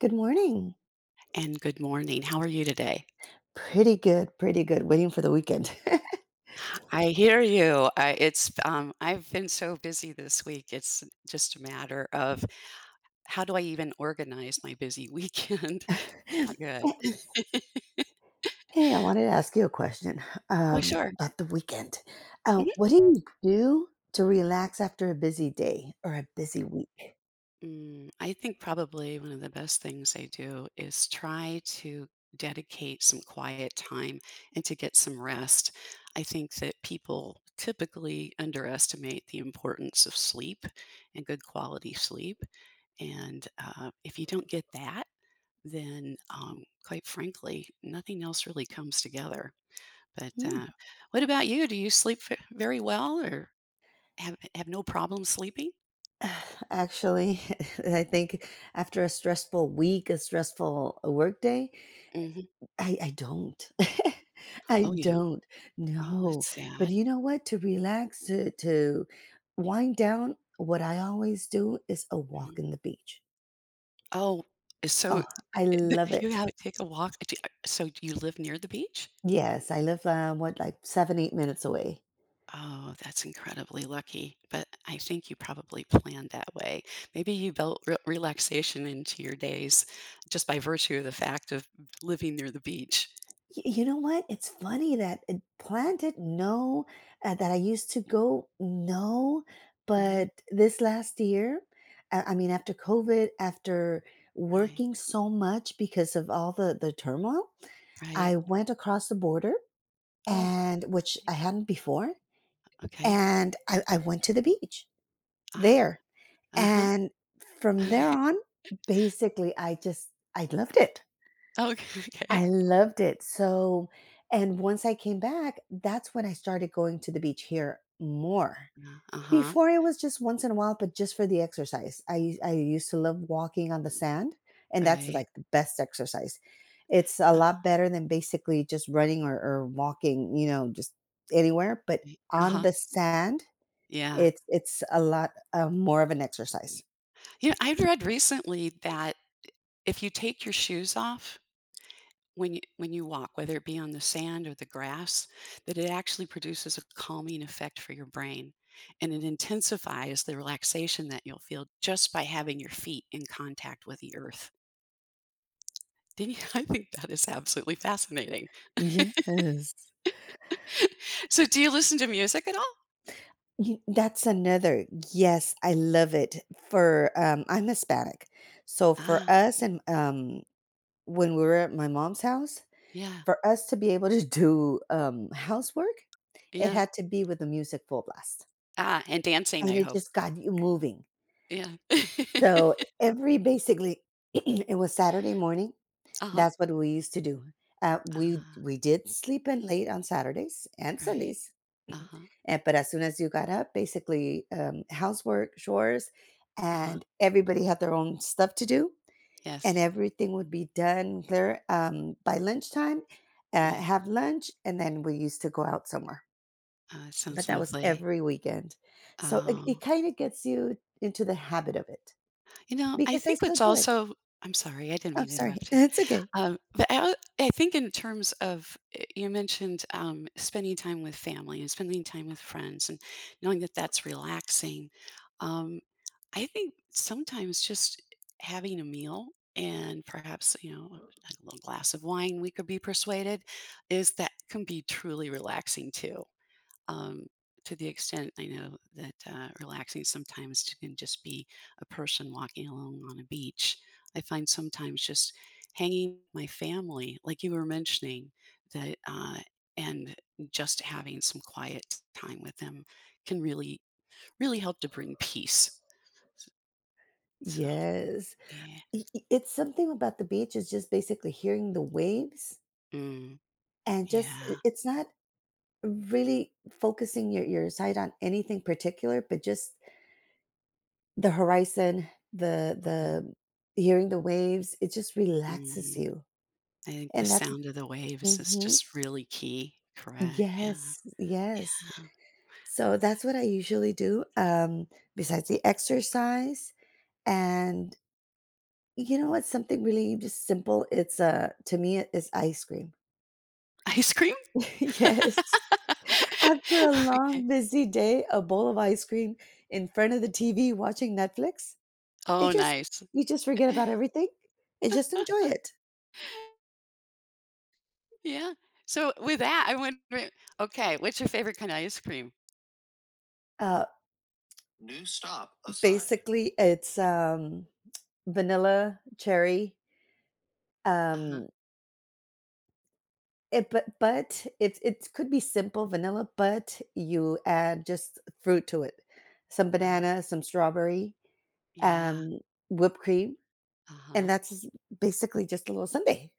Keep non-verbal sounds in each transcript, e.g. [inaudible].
Good morning. And good morning. How are you today? Pretty good, pretty good. Waiting for the weekend. [laughs] I hear you. I've been so busy this week. It's just a matter of how do I even organize my busy weekend? [laughs] Not good. [laughs] Hey, I wanted to ask you a question Oh, sure. about the weekend. What do you do to relax after a busy day or a busy week? I think probably one of the best things I do is try to dedicate some quiet time and to get some rest. I think that people typically underestimate the importance of sleep and good quality sleep. And If you don't get that, then quite frankly, nothing else really comes together. But Hmm. What about you? Do you sleep very well or have no problem sleeping? Uh, [sighs] Actually, [laughs] I think after a stressful week, a stressful work day, Hmm. I don't. [laughs] I Oh, you don't? don't. Oh, No. that's But sad. you know what? To relax, to wind down, what I always do is a walk Mhm. in the beach. Oh, eh, so Oh, I I love you it. have to take a walk. Do so do you live near the beach? Yes, I live, what, like 7, 8 minutes away. Oh, that's incredibly lucky, but I think you probably planned that way. Maybe you built re relaxation into your days just by virtue of the fact of living near the beach. You know what? It's funny that it planted, no, that I used to go, no. Uh-huh, But this last year, I mean, after COVID, after right, working so much because of all the turmoil, right. I went across the border Oh, and which I hadn't before, okay. and I went to the beach Ah, there. uh-huh. And from there [laughs] on, basically I just I loved it. Okay, okay. I loved it. So and once I came back, that's when I started going to the beach here more. Huh Before it was just once in a while, but just for the exercise. I used to love walking on the sand, and that's like the best exercise. It's a lot better than basically just running or walking, you know, just anywhere. But right, on uh-huh, the sand, yeah. it's a lot, more of an exercise. You know, I read recently that if you take your shoes off when you walk, whether it be on the sand or the grass, that it actually produces a calming effect for your brain, and it intensifies the relaxation that you'll feel just by having your feet in contact with the earth. Didn't you [laughs] I think that is absolutely fascinating. Yes. [laughs] So, do you listen to music at all? Y That's another yes, I love it. For, I'm Hispanic. So, for Ah, us and, when we were at my mom's house, yeah, for us to be able to do, housework, it yeah. had to be with the music full blast, Ah, and dancing, and I it hope. just got you moving. Yeah. [laughs] So, every basically [clears throat] it was Saturday morning, Uh-huh. that's what we used to do. We Ah, we did sleep in late on Saturdays and right. Sundays, Uh-huh, [clears throat] and but as soon as you got up, basically, housework, chores, uh-huh. and everybody had their own stuff to do, and Yes, everything would be done there by lunchtime. Right. Have lunch, and then we used to go out somewhere. Ah, it But sounds that was lovely. every weekend, so it Oh, kind of gets you into the habit of it you know, I because I think still what's do it. also I'm sorry, I didn't I'm mean to sorry, [laughs] interrupt you. it's okay. But I think in terms of you mentioned spending time with family and spending time with friends and knowing that that's relaxing. Um, I think sometimes just having a meal and perhaps a little glass of wine, we could be persuaded, is that can be truly relaxing too. um, to the extent I know that relaxing sometimes can just be a person walking alone on a beach. I find sometimes just hanging with my family, like you were mentioning, that and just having some quiet time with them can really, really help to bring peace. So Yes, yeah, it's something about the beach is just basically hearing the waves mm, and just yeah. it's not really focusing your sight on anything particular, but just the horizon, the Hmm. the hearing the waves, it just relaxes Mm. you, I think the and that's sound of the waves is mhm. just really key. Correct. Yeah. Yes, yes. So that's what I usually do, besides the exercise, and you know what's something really just simple, it's, to me, it's ice cream. [laughs] Ice cream. [laughs] [laughs] Yes. After [laughs] a Okay. long, busy day, a bowl of ice cream in front of the TV watching Netflix, it Oh, just nice. you just forget about everything and just enjoy it. Yeah. So with that, I went. Okay, what's your favorite kind of ice cream? Uh New stop assigned. Basically, it's vanilla, cherry. Uh-huh. Um, it, but it could be simple vanilla, but you add just fruit to it, some Uh, banana, some strawberry, yeah. um, whipped cream, and Uh-huh. that's basically just a little sundae.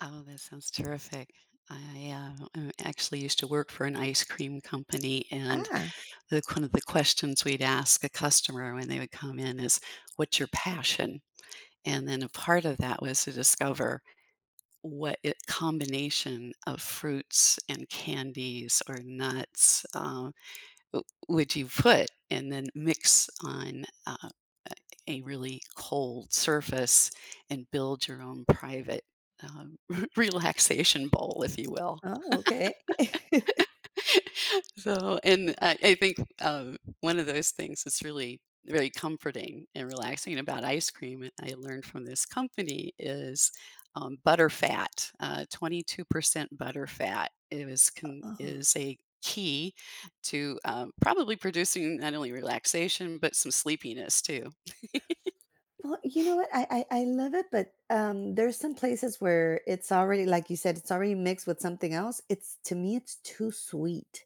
Oh, that sounds terrific. I, I actually used to work for an ice cream company, and Ah. the one of the questions we'd ask a customer when they would come in is, "What's your passion?" And then a part of that was to discover what it, combination of fruits and candies or nuts, would you put and then mix on a really cold surface and build your own private um, [laughs] relaxation bowl, if you will. Oh, okay. [laughs] [laughs] So I think one of those things that's really very comforting and relaxing about ice cream, and I learned from this company, is butterfat. 22% butterfat Oh, is a key to probably producing not only relaxation but some sleepiness too. well, you know what? I love it, but there's some places where it's already, like you said, it's already mixed with something else. It's to me, it's too sweet.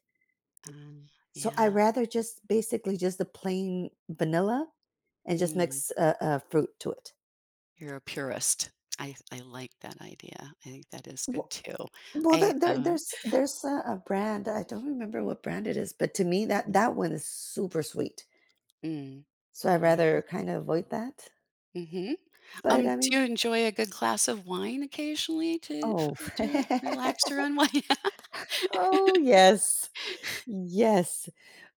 Um, So I yeah, rather just basically just the plain vanilla and just mm, mix fruit to it. you're a purist. I like that idea. I think that is good too. Well, there I there there's there's a brand, I don't remember what brand it is, but to me, that Mm, that one is super sweet, mm, so I'd yeah. rather kinda avoid that, Mhm. but I Do mean. you enjoy a good glass of wine occasionally to f Oh. to relax or [laughs] unwind? [laughs] Oh, yes. Yes.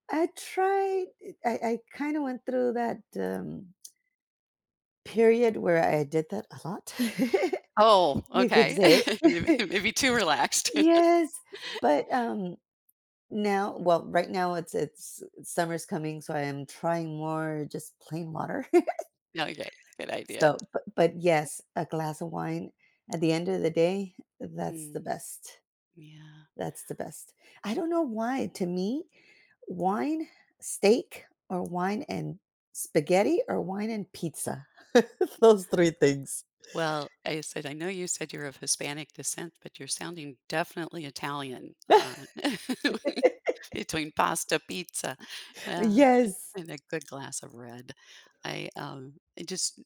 I tried I kinda went through that, period where I did that a lot, [laughs] Oh, you could okay. say. [laughs] Maybe [laughs] maybe too relaxed. [laughs] Yes, but, now well, right now it's summer's coming, so I am trying more just plain water. Okay, good idea. So, but yes, a glass of wine at the end of the day, that's the Mm, best. yeah. That's the best. I don't know why. To me, wine, steak, or wine and spaghetti, or wine and pizza. [laughs] Those 3 things. Well, I said I know you said you're of Hispanic descent, but you're sounding definitely Italian, [laughs] [laughs] between pasta, pizza, yeah, and Yes. A good glass of red. I just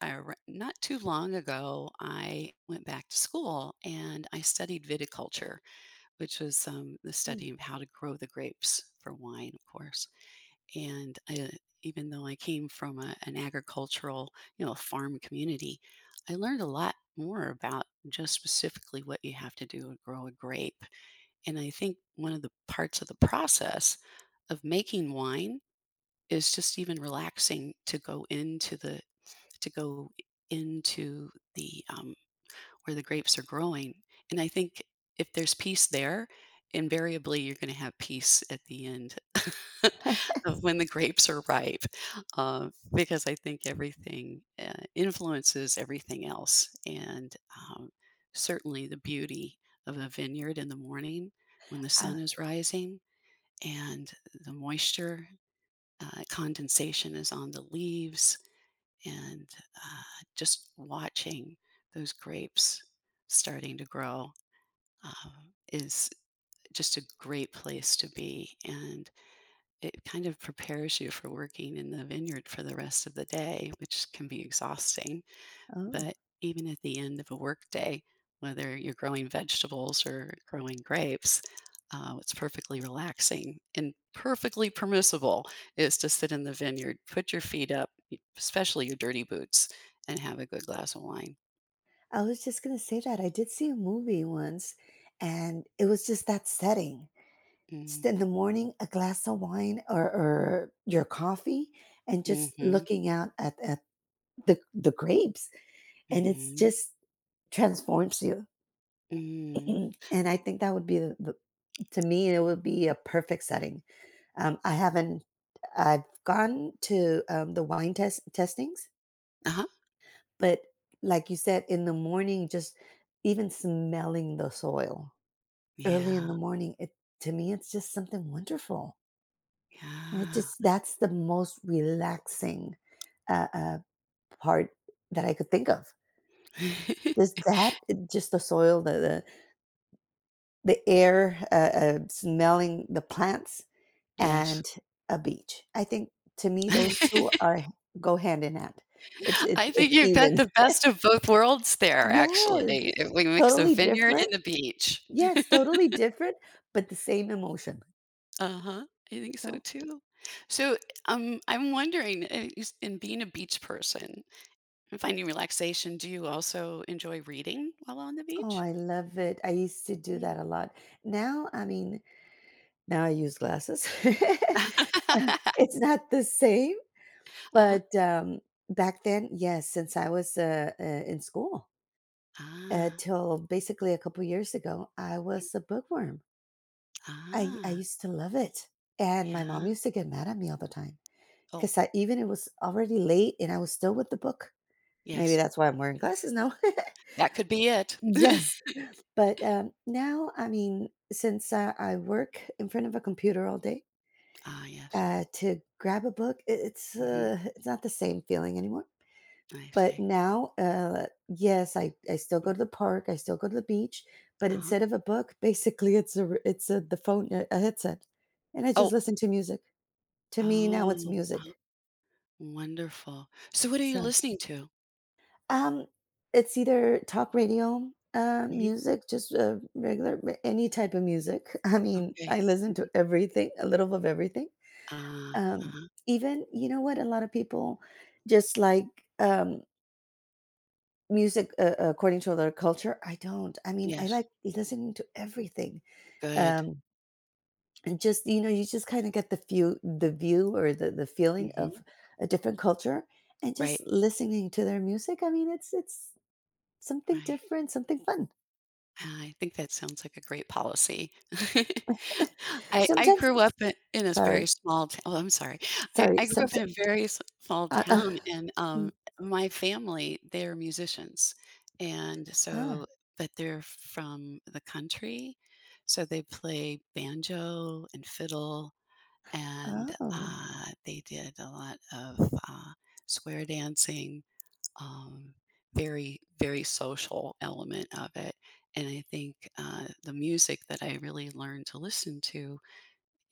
I re- Not too long ago, I went back to school and I studied viticulture, which was the study of how to grow the grapes for wine, of course. And I, even though I came from an agricultural, you know, farm community, I learned a lot more about just specifically what you have to do to grow a grape. And I think one of the うん。I parts of the process of making wine is just even relaxing to go into the to go into the where the grapes are growing. And I think if there's peace there, invariably you're going to have peace at the end [laughs] of when the grapes are ripe, because I think everything influences everything else, and certainly the beauty of a vineyard in the morning when the sun is rising and the moisture condensation is on the leaves and uh, just watching those grapes starting to grow uh, is just a great place to be, and it kind of prepares you for working in the vineyard for the rest of the day, which can be exhausting, oh, but even at the end of a workday, whether you're growing vegetables or growing grapes, it's perfectly relaxing and perfectly permissible is to sit in the vineyard, put your feet up, especially your dirty boots, and have a good glass of wine. I was just gonna say that. I did see a movie once, and it was just that setting. Just Mm, in the morning, a glass of wine or your coffee, and just mm-hmm, looking out at the grapes, and it's mm-hmm, just transforms you. [clears throat] mm. And I think that would be the- to me it would be a perfect setting. I haven't I've gone to the wine testings, Uh-huh. but like you said, in the morning, just even smelling the soil early in Yeah, the morning, it to me it's just something wonderful. And it yeah. just that's the most relaxing uh, uh, part that I could think of. Just that, it- just the soil, the air, smelling the plants, [laughs] Yes. and a beach. I think to me those 2 [laughs] are go hand in hand. It's it's I it's think you've got even. the [laughs] best of both worlds there, actually. Yes. If we mix a Totally vineyard different. and the beach. Yes, totally different, but the same emotion. Uh-huh. I think so So too. So, I'm wondering, is- in being a beach person and finding relaxation, do you also enjoy reading while on the oh, beach? I love it. I used to do that Mm. a lot. Now, I mean, now I use glasses. [laughs] It's [laughs] not the same, Uh-huh. but, back then, yes, since I was, in school. Ah, Till basically a couple years ago, I was a bookworm. I ah, used to love it, and my mom yeah. used to get mad at me all the time Oh, because I even it was already late and I was still with the book. Maybe yes. that's why I'm wearing glasses now. [laughs] That could be it. [laughs] Yes, but now, I mean, since I work in front of a computer all day, Ah, yes. To grab a book, Hmm. It's not the same feeling anymore. I But see. now, yes, I still go to the park, I still go to the beach, but Uh-huh. instead of a book, [laughs] basically it's a r it's a the phone a headset, and I just Oh, listen to music. To me, now it's oh, music. wonderful. So, what are you So, listening to? um, it's either talk radio, Hmm. music, just, regular r any type of music. [laughs] I mean, Okay. I listen to Mhm. everything, a little of everything. Ah, Um, uh-huh. even you know what? A lot of people just like, um music, according to other culture, I don't. I mean, I Yes. like listening to everything, Good. um, and just, you know, you just kinda get the view or the feeling Hmm. of a different culture, and just Right. listening to their music, I mean, it's something Right. different, something fun. I think that sounds like a great policy. [laughs] [laughs] I Sometimes grew up in this sorry, very small town Oh, I'm sorry. Sorry, I grew some up in a very s small uh, uh, town, and, mm, my family, they're musicians, and ah, so but they're from the country, so they play banjo and fiddle, and, oh, they did a lot of, uh, square dancing, um, very very social element of it, and I think the music that I really learned to listen to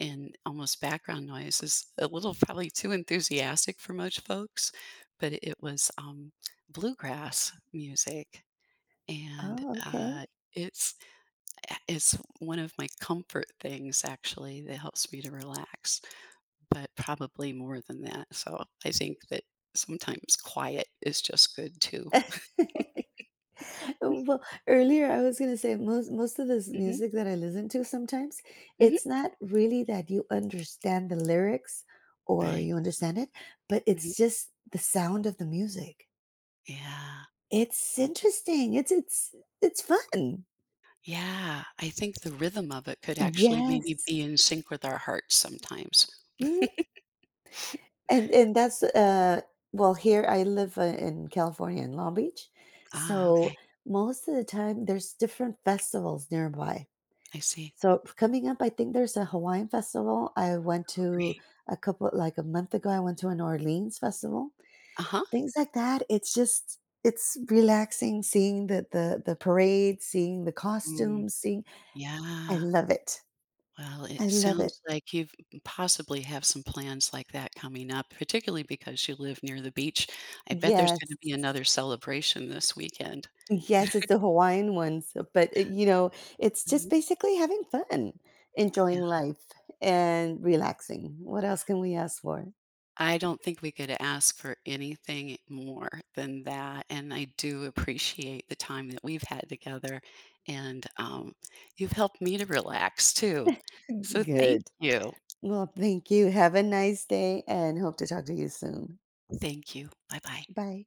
and almost background noise is a little probably too enthusiastic for most folks, but it was bluegrass music, and oh, okay. uh, it's it's one of my comfort things actually that helps me to relax, but probably more than that, so I think that sometimes quiet is just good too. [laughs] [laughs] Oh, well, earlier I was gonna say most most of this Mhm, music that I listen to sometimes, mhm. it's not really that you understand the lyrics or Right? you understand it, but Mhm. it's just the sound of the music. Yeah. It's interesting. It's fun. Yeah. I think the rhythm of it could actually maybe Yes. be in sync with our hearts sometimes. Mhm. [laughs] And that's well here I live in California in Long Beach. Ah, So okay. most of the time there's different festivals nearby. I see. So coming up, I think there's a Hawaiian festival. I went to Great. a couple like a month ago, I went to an Orleans festival. Uh-huh. Things like that. It's just it's relaxing seeing the parade, seeing the Mm, costumes, seeing I yeah. love it. Well, I it love it. sounds like you've possibly have some plans like that coming up, particularly because you live near the beach. I bet there's Yes. gonna be another celebration this weekend. Yes, it's the Hawaiian ones, but it, you know, it's just Mhm. basically having fun, enjoying life and relaxing. What else can we ask for? I don't think we could ask for anything more than that, and I do appreciate the time that we've had together, and, you've helped me to relax too. So thank Good. you. Well, thank you. Have a nice day and hope to talk to you soon. Thank you. Bye-bye. Bye.